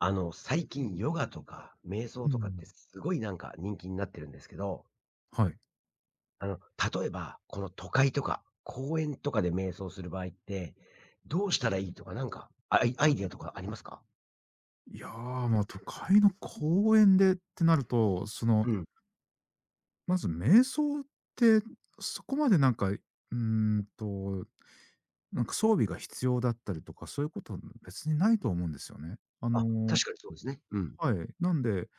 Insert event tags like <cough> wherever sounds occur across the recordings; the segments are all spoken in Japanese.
最近ヨガとか瞑想うとかっん、てすごいなんか人気になってるんですけど、はい。あの、例えば、この都会とか公園とかで瞑想する場合って、どうしたらいいとか、なんか、アイディアとかありますか？いやー、まあ、都会の公園でってなると、その、うん。まず瞑想って、そこまでなんか、ーんと、なんか装備が必要だったりとか、そういうこと別にないと思うんですよね。あ、ー確かにそうですね。うん。はい。なんで、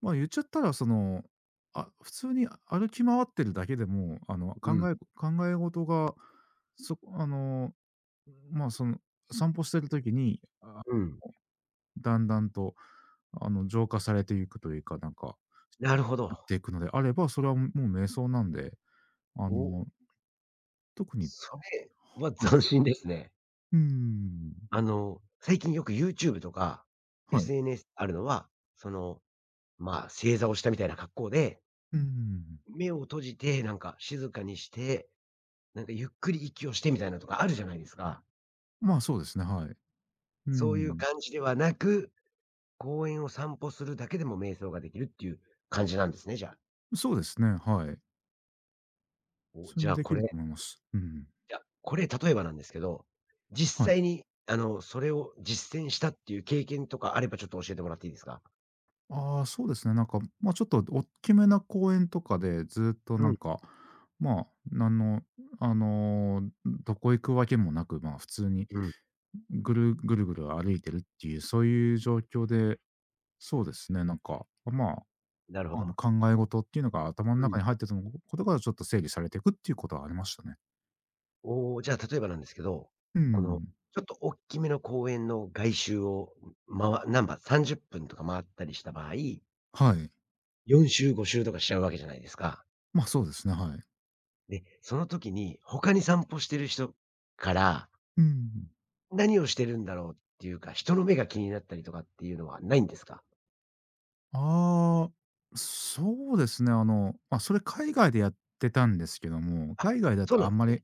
まあ、言っちゃったら、その、普通に歩き回ってるだけでも、う考ん。え考え事が、そあのー、まあ、その、散歩してる時に、うん。だんだんと、浄化されていくというか、なんか、なるほなっど。ていくのであれば、それはもう瞑想なんで、あお、の、特にそれははい。斬新ですね。うーん。最近よく YouTube とか はい。SNS あるのは、その、まあ、正座をしたみたいな格好で、うーん。目を閉じて、なんか静かにしてなんかゆっくり息をしてみたいなとかあるじゃないですか。まあ、そうですね、はい。うそういうん。感じではなく、公園を散歩するだけでも瞑想ができるっていう感じなんですね、じゃあ。そうですね、はい。お、それにできると思います。うん。じゃ、これ例えばなんですけど、は実い。際にそれを実践したっていう経験とかあればちょっと教えてもらっていいですか？ああ、そうですね、なんか、まあ、ちょっとおっきめな公園とかでずっとうなん、んか、まあ、なんの、あの、どこ行くわけもなく、まあ、普通にうん、ぐるぐるぐる歩いてるっていう、そういう状況で、そうですね、なんか、まなるほあ、ど。考え事っていうのが頭のうん。中に入ってたことがちょっと整理されていくっていうことはありましたね。おお、じゃあ例えばなんですけど、うこのん。ちょっと大きめの公園の外周を、まわなんば30分とか回ったりした場合、はい。4周5周とかしちゃうわけじゃないですか。ま、そうですね、はい。で、その時に他に散歩してる人から、うん。何をしてるんだろうっていうか、人の目が気になったりとかっていうのはないんですか？ああ、そうですね、ま、それ海外でやってたんですけども、あ、海外だそうとなんあでんますね。り、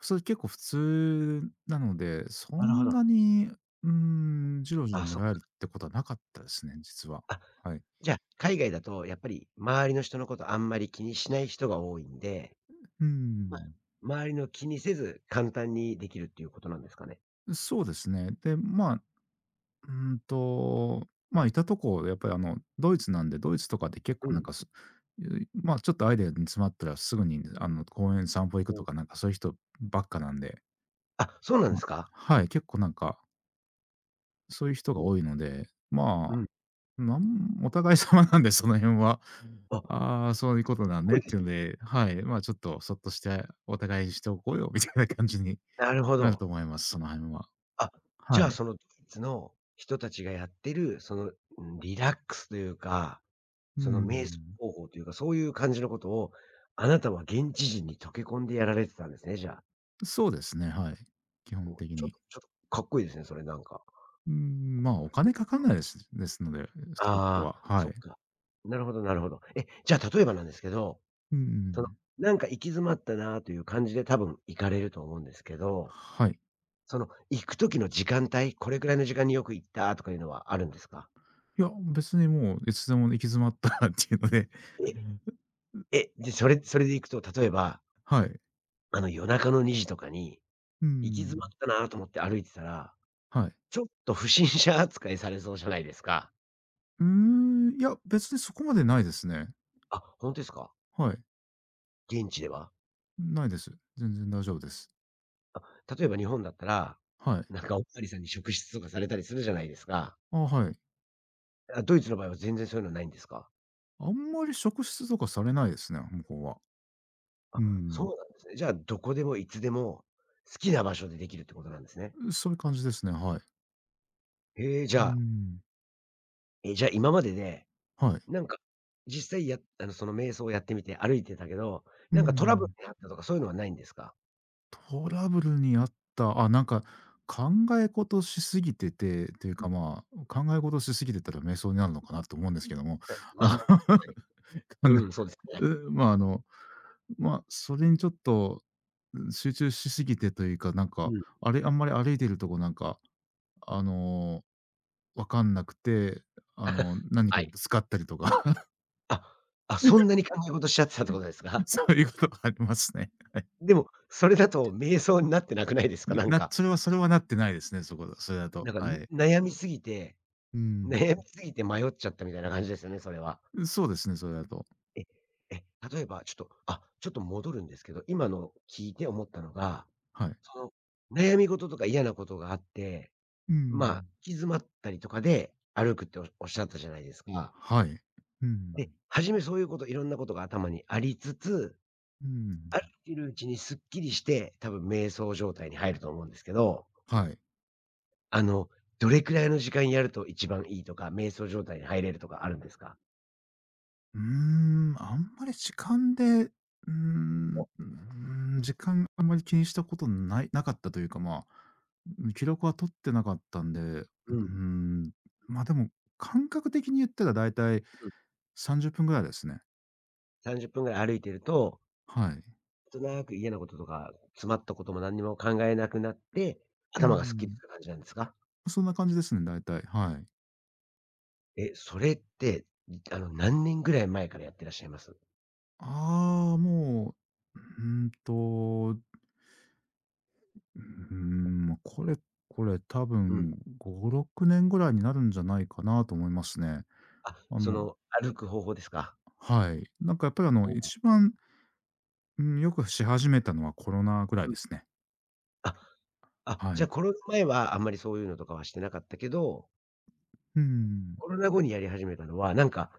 それ結構普通なので、そなるほんど。なに、うん、じろじろあ、見そっられるっか。てことはなかったですね、実は。あ、はい。じゃあ、海外だとやっぱり周りの人のことあんまり気にしない人が多いんで、うまあ、ん。周りの気にせず簡単にできるっていうことなんですかね？そうですね。で、うーんと、まあ、いたとこ、やっぱりドイツなんで、ドイツとかで結う構なんん。かす、ゆまあ、ちょっとアイデアに詰まったらすぐに公園散歩行くとか、なんかそういう人ばっかなんで、あ、そうなんでまあ、すか？はい、結構なんか、そういう人がお、多いので、まうん。あ、なんお互い様なんで、その辺は。あ、ああ、そういうことなすんごねいっですていうね。ので、はい、まあ、ちょっとそっとして、お互いにしておこうよみたいな感じになるほなるど。と思います、その辺は。あ、じはゃあ、い。そのドイツの人たちがやってる、リラックスというか、うその瞑想ん。方法というか、そういう感じのことを、あなたは現地人に溶け込んでやられてたんですね、じゃあ。そうですね、はい。基お、本ちょっ的とに。ちょっとかっこいいですね、それなんか。うーん、まあ、お金かかんないですので、そういうことあは、あ、はそい。っか。なるほどなるほど。え、じゃあ例えばなんですけど、うんうその、ん。なんか行き詰まったなという感じで多分行かれると思うんですけど、はい。その行く時の時間帯、これくらいの時間によく行ったとかいうのはあるんですか？いや、別にもういつでも行き詰まったらっていうので、え？え、で、それでいくと、例えば、はい。夜中の2時とかに、う行き詰まっん、たなと思って歩いてたら、はい。ちょっと不審者扱いされそうじゃないですか。うーん、いや、別にそこまでないですね。あ、本当ですか？はい。現地では？ないです。全然大丈夫です。あ、例えば日本だったら、はい。なんかおまわりさんに職質とかされたりするじゃないですか。あ、はい。あ、ドイツの場合は全然そういうのはないんですか？あんまり職質とかされないですね、向こうは。あ、うん。そうなんですね。じゃあ、どこでもいつでも、好きな場所でできるってことなんですね。そういう感じですね、はい。へえ、うじーゃあ、ん。え、じゃあ今までではい。なんか、実際やあの、その瞑想をやってみて歩いてたけど、うーなんかトラブルん。になったとかそういうのはないんですか？トラブルにあった、あ、なんか考え事しすぎてて、っていううか、ん、まあ、考え事しすぎてたら瞑想になるのかなと思うんですけども、まあ、あはい。の <laughs>、うん、そうですね。まあ、まあ、それにちょっと、集中しすぎてというか、なんうか、ん。あれ、あんまり歩いてるとこなんか、あの、わかんなくて、<laughs> 何はかい。ぶつかったりとか、<laughs> あ、あ、そんなに考え事しちゃってたってことですか？そういうことがありますね。<laughs> でも、それだと瞑想になってなくないですか？なんか、それはそれはなってないですね、それだと、はい。悩みすぎてうん。悩みすぎて迷っちゃったみたいな感じですよね、それは。そうですね、それだと、え、え、例えばちょっと、あ、ちょっと戻るんですけど、今の聞いて思ったのが、はい。その、悩み事とか嫌なことがあってうまあ、行ん。き詰まったりとかで歩くっておっしゃったじゃないですか。はい。うん。で、初めそういうこと、いろんなことが頭にありつつ、うん。歩いてるうちにすっきりして、多分瞑想状態に入ると思うんですけど、はい。あの、どれくらいの時間やると一番いいとか、瞑想状態に入れるとかあるんですか？うーん、あんまり時間で、うーん、うーん、時間あんまり気にしたことないなかったというか、まあ、うん、記録は取ってなかったんで、ううーん。ん、ま、でも、感覚的に言ったらだいたいうん。30分ぐらいですね。30分ぐらい歩いてると、はい。なんとなく嫌なこととか、詰まったことも何にも考えなくなって、う頭がすっきりすん、る感じなんですか？そんな感じですね、だいたい、はい。え、それって、何年ぐらい前からやってらっしゃいます？ああ、もう、うーんとうーん、ま、これ多うん。分5、6年ぐらいになるんじゃないかなと思いますね。あ、あそのの、歩く方法ですか？はい。なんかやっぱりあのおお。一番、うん、よくし始めたのはコロナぐらいうん。ですね。あ、あ、はじい。ゃ、コロナ前はあんまりそういうのとかはしてなかったけど、ううん。コロナ後にやり始めたのは、なんか、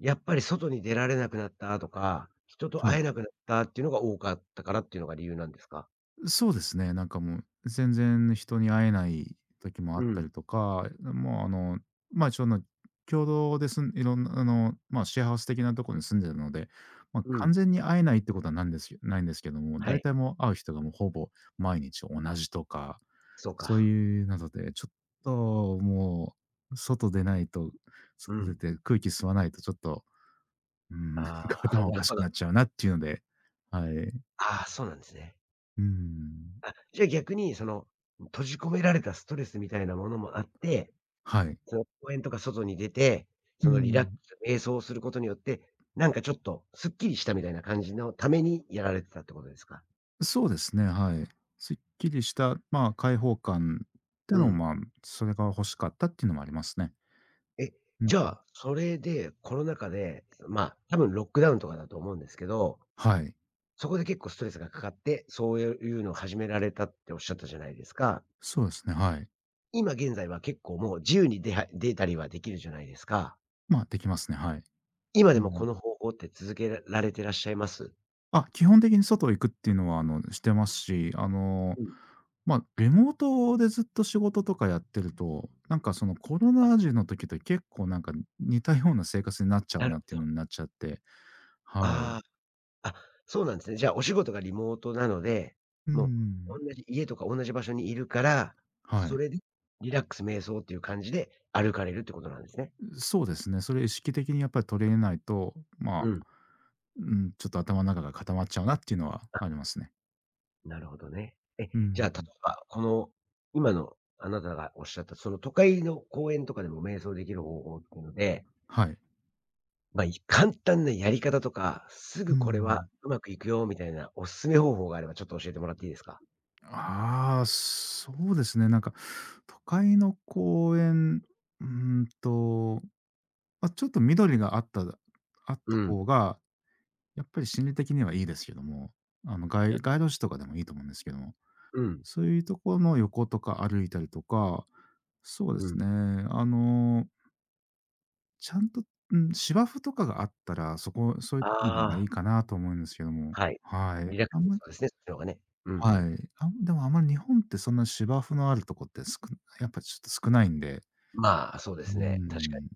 やっぱり外に出られなくなったとか、人とはい。会えなくなったっていうのが多かったからっていうのが理由なんですか？そうですね、なんかもう、全然人に会えない時もあうったん、りとか、もうあの、まあ、ちょの共同でいろんなあの、まあ、シェアハウス的なところに住んでるので、まあ、う完ん。全に会えないってことはないんですけども、は大い、体もう会う人がもうほぼ毎日同じとか、そうそうか。いうなので、ちょっともう外出ないとう外出ん。て空気吸わないとちょっと、うん、なあんかあ、頭おなるかしほくど。なっちゃうなっていうので、はい。ああ、そうなんですね。うん。あ、じゃあ逆にその、閉じ込められたストレスみたいなものもあってはい。その公園とか外に出て、うそのリラックん。ス、瞑想をすることによって、なんかちょっとすっきりしたみたいな感じのためにやられてたってことですか？そうですね、はい。すっきりした、まあ、開放感ってうのん。も、まあ、それが欲しかったっていうのもありますね。え、うん。じゃあ、それでコロナ禍で、まあ、多分ロックダウンとかだと思うんですけど、はい。そこで結構ストレスがかかって、そういうのを始められたっておっしゃったじゃないですか。そうですね、はい。今現在は結構もう自由に出たりはできるじゃないですか。まあ、できますね、はい。今うでもん。この方法って続けられてらっしゃいます？あ、基本的に外行くっていうのは、してますし、うん。まあ、リモートでずっと仕事とかやってると、なんか、その、コロあ、ナ時の時と結構、なんか、似たような生活になっちゃなうるなってほいうど。のになっちゃって、はい。ああ。あ、そうなんですね。じゃあ、お仕事がリモートなので、うもうん。同じ家とか同じ場所にいるから、はそい。れでリラックス瞑想っていう感じで歩かれるってことなんですね。そうですね。それ意識的にやっぱり取り入れないと、まあ、うん。うん、ちょっと頭の中が固まっちゃうなっていうのはあ、ありますね。なるほどね。え、うじん、ゃあ、例うえん。ば、この、今のあなたがおっしゃった、その都会の公園とかでも瞑想できる方法っていうので、はい。まあ、<laughs> 簡単なやり方とか、すうーぐこれはん。うまくいくよみたいなおすすめ方法があればちょっと教えてもらっていいですか？ああ、そうですね、なんか、都会の公園、うーんと、まあ、ちょっと緑があったあっうたん。方が、やっぱり心理的にはいいですけども、な街る街路樹とかでもいいと思うんですけども、うん。そういうところの横とか歩いたりとか、そうでうすん。ね、ちゃんと、うん、芝生とかがあったら、そういうあとこの方がいあ。いかなと思うんですけども。はい。はい。リラックあスんできまりそうですね、そっちの方がね。うん。はい。でもあんまり日本ってそんな芝生のあるとこってやっぱちょっと少ないんで。まあ、そうでうーすね、確かに。ん。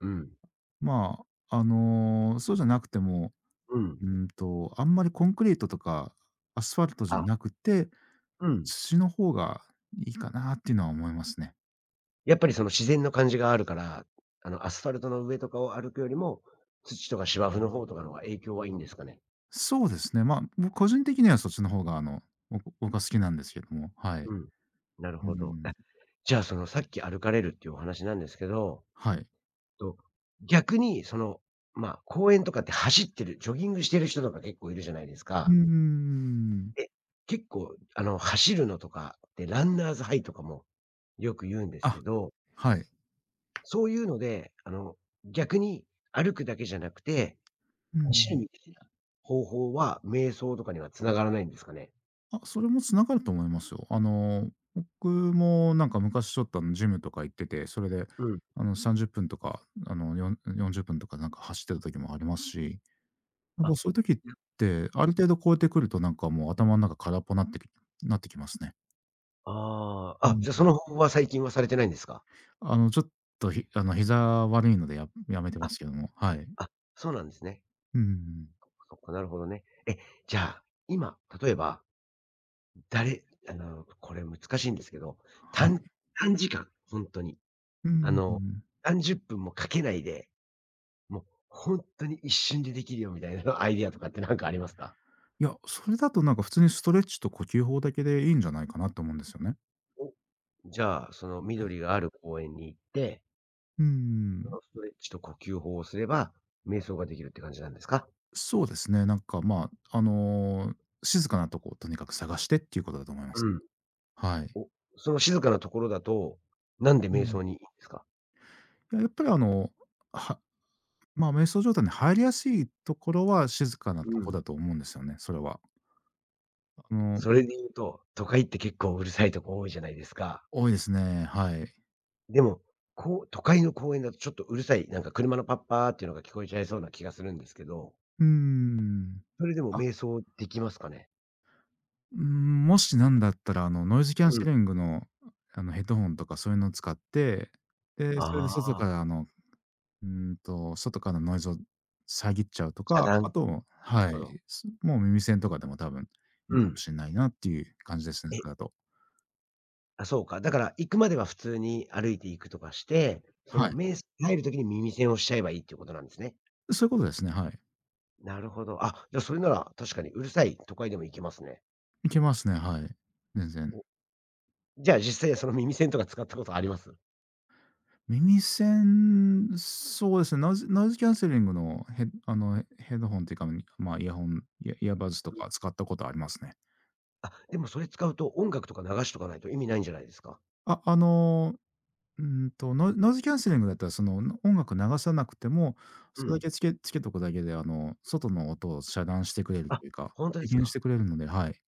うん。まあ、そうじゃなくても、うん。あんまりコンクリートとかアスファルトじゃあ、なくて、うん。土の方がいいかなっていうのは思いますね。やっぱりその自然の感じがあるから、アスファルトの上とかを歩くよりも、土とか芝生の方とかの方が影響はいいんですかね？そうですね。まあ、僕個人的にはそっちの方が僕は好きなんですけども、はい。うん。なるうほど。あ、ん、じゃあ、そのさっき歩かれるっていうお話なんですけど、はい。と、逆にまあ、公園とかって走ってる、ジョギングしてる人とか結構いるじゃないですうーか。ん。え、結構、走るのとかでランナーズハイとかもよく言うんですけあ、ど、はい。そういうので、逆に歩くだけじゃなくて、う走るん。みたいな方法は、瞑想とかには繋がらないんですかね？あ、それも繋がると思いますよ。僕もなんか昔ちょっとジムとか行ってて、それでうん。30分とか、あの40分とかなんか走ってた時もありますし、やっあ、ぱそういう時っやて、ある程度超えてくるとなんかもう頭の中空っぽなってきますね。ああ、うあ、ん。じゃ、その方法は最近はされてないんですか？ちょっと、膝悪いのでやめてまあ、すけども、はい。あ、そうなんですね。うんうん。そっか、なるほどね。え、じゃあ、今、例えば、誰あの、これ難しいんですけど、たはい。ん短時間、ほんとに。うあの、ん。何十分もかけないで、もうほ一瞬でできるよみたいな <laughs> アイディアとかってなんかありますか？いや、それだとなんか普通にストレッチと呼吸法だけでいいんじゃないかなと思うんですよね。お、じゃあ、そのはい。緑がある公園に行って、うーそん、のストレッチと呼吸法をすれば、瞑想ができるって感じなんですか？そうですね。なんか、まあ、静かなとこをとにかく探してっていうことだと思いまうす。ん。はい。お、その静かなところだと、なんでう瞑ん。想にいいんですか？いや、やっぱりはまあ、瞑想状態に入りやすいところは静かなうとこん。だと思うんですよね、それは。あの、それで言うと、都会って結構うるさいとこ多いじゃないですか。多いですね、はい。でも、こう都会の公園だとちょっとうるさい、なんか車のパッパーっていうのが聞こえちゃいそうな気がするんですけど、うーん。それでもあ、瞑想できますかね？うーん、もしなんだったら、ノイズキャンうん。セリングの、ヘッドホンとかそういうのを使って、で、それであ外あ、から、外からのノイズを遮っちゃうと遮か、断、なあると、はほど。い、もう耳栓とかでも多分いいうかもん。しんないなっていう感じですね、え、それだと。あ、そうか。だから、行くまでは普通に歩いていくとかして、そのはい。目入る時に耳栓をしちゃえばいいっていうことなんですね。そういうことですね、はい。なるほど。あ、じゃあそれなら確かにうるさい都会でも行けますね。いけますね、はい。全然。お、じゃあ実際その耳栓とか使ったことあります？耳栓、そうですね、ノイズキャンセリングのヘッドホンっていうか、まあ、イヤホンイヤイヤバズとか使ったことありますね。あ、でもそれ使うと音楽とか流しとかないと意味ないんじゃないですか？あ、ノイズキャンセリングだったら、その、音楽流さなくても、うそれだん。けつけとくだけで、外の音を遮断してくれるあ、というか、ほんとで低す減しか？てくれるので、はい。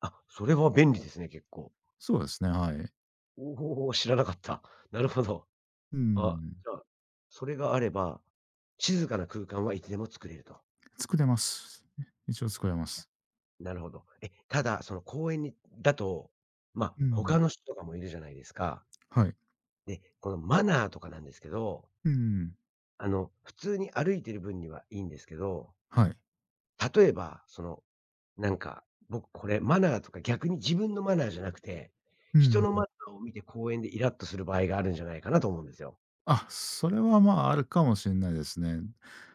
あ、それは便利ですね、結構。そうですね、はい。おお、知らなかった。なるほど。うあ、ん。じゃあ、それがあれば、静かな空間はいつでも作れると。作れます。一応作れます。なるほど。え、ただ、その公園にだと、まあ、うん。他の人とかもいるじゃないですか。はい。で、このマナーとかなんですけど、うん。普通に歩いてる分にはいいんですけど、はい。例えば、なんか、僕これマナーとか逆に自分のマナーじゃなくて、う人ん。のマナーを見て公園でイラッとする場合があるんじゃないかなと思うんですよ。あ、それは、まあ、あるかもしれないですね。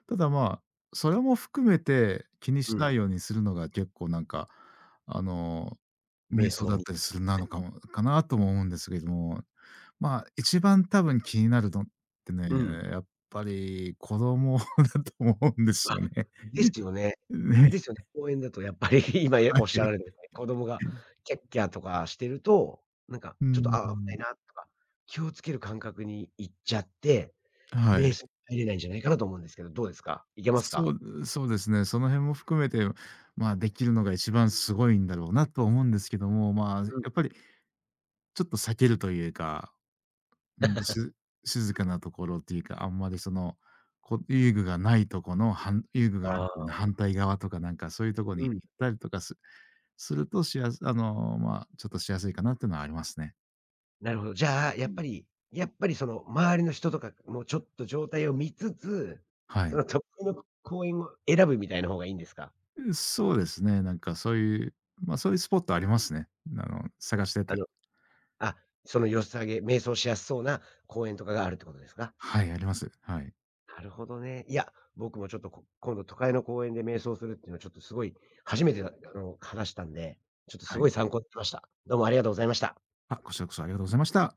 ただ、まあ、それも含めて気にうしなん、いようにするのが結構なんか、あの、瞑瞑想想だっに。たりするのかもかなとも思うんですけども。まあ、一番多分気になるのってね、うん。やっぱり子供 <laughs> だと思うんですよね。ですよね。<laughs> ね、ですよね。公園だとやっぱり <laughs> 今はおっしゃられたい。ように、子供がキャッキャとかしてると、なんかうちょっと、ん、ああ、危ないなとか、気をつける感覚にいっちゃって、は瞑い。想入れないんじゃないかなと思うんですけど、どうですか？いけますそか？うそうですね、その辺も含めて、まあ、できるのが一番すごいんだろうなとは思うんですけども、まあ、やうっぱん。りちょっと避けるというか、うんと、し静かなところっていうか、あんまりその、遊具がないとこの、遊具があるあよあ、うな反対側とかなんかそういうとこうにん。行ったりとかすると、しやすあの、まあ、ちょっとしやすいかなっていうのはありますね。なるほど。じゃあ、やっぱりその周りの人とかもちょっと状態を見つつ、はそい。の得意の公園を選ぶみたいな方がいいんですか？そうですね、なんかそういう、まあ、そういうスポットありますね。探してあての、あ、その良さげ瞑想しやすそうな公園とかがあるってことですか？はい、あります。はい。なるほどね。いや、僕もちょっと、こ今度都会の公園で瞑想するっていうのはちょっとすごい初めてだあの、話したんで、ちょっとすはい。ごい参考になりました。どうもありがとうございました。あ、こちらこそありがとうございました。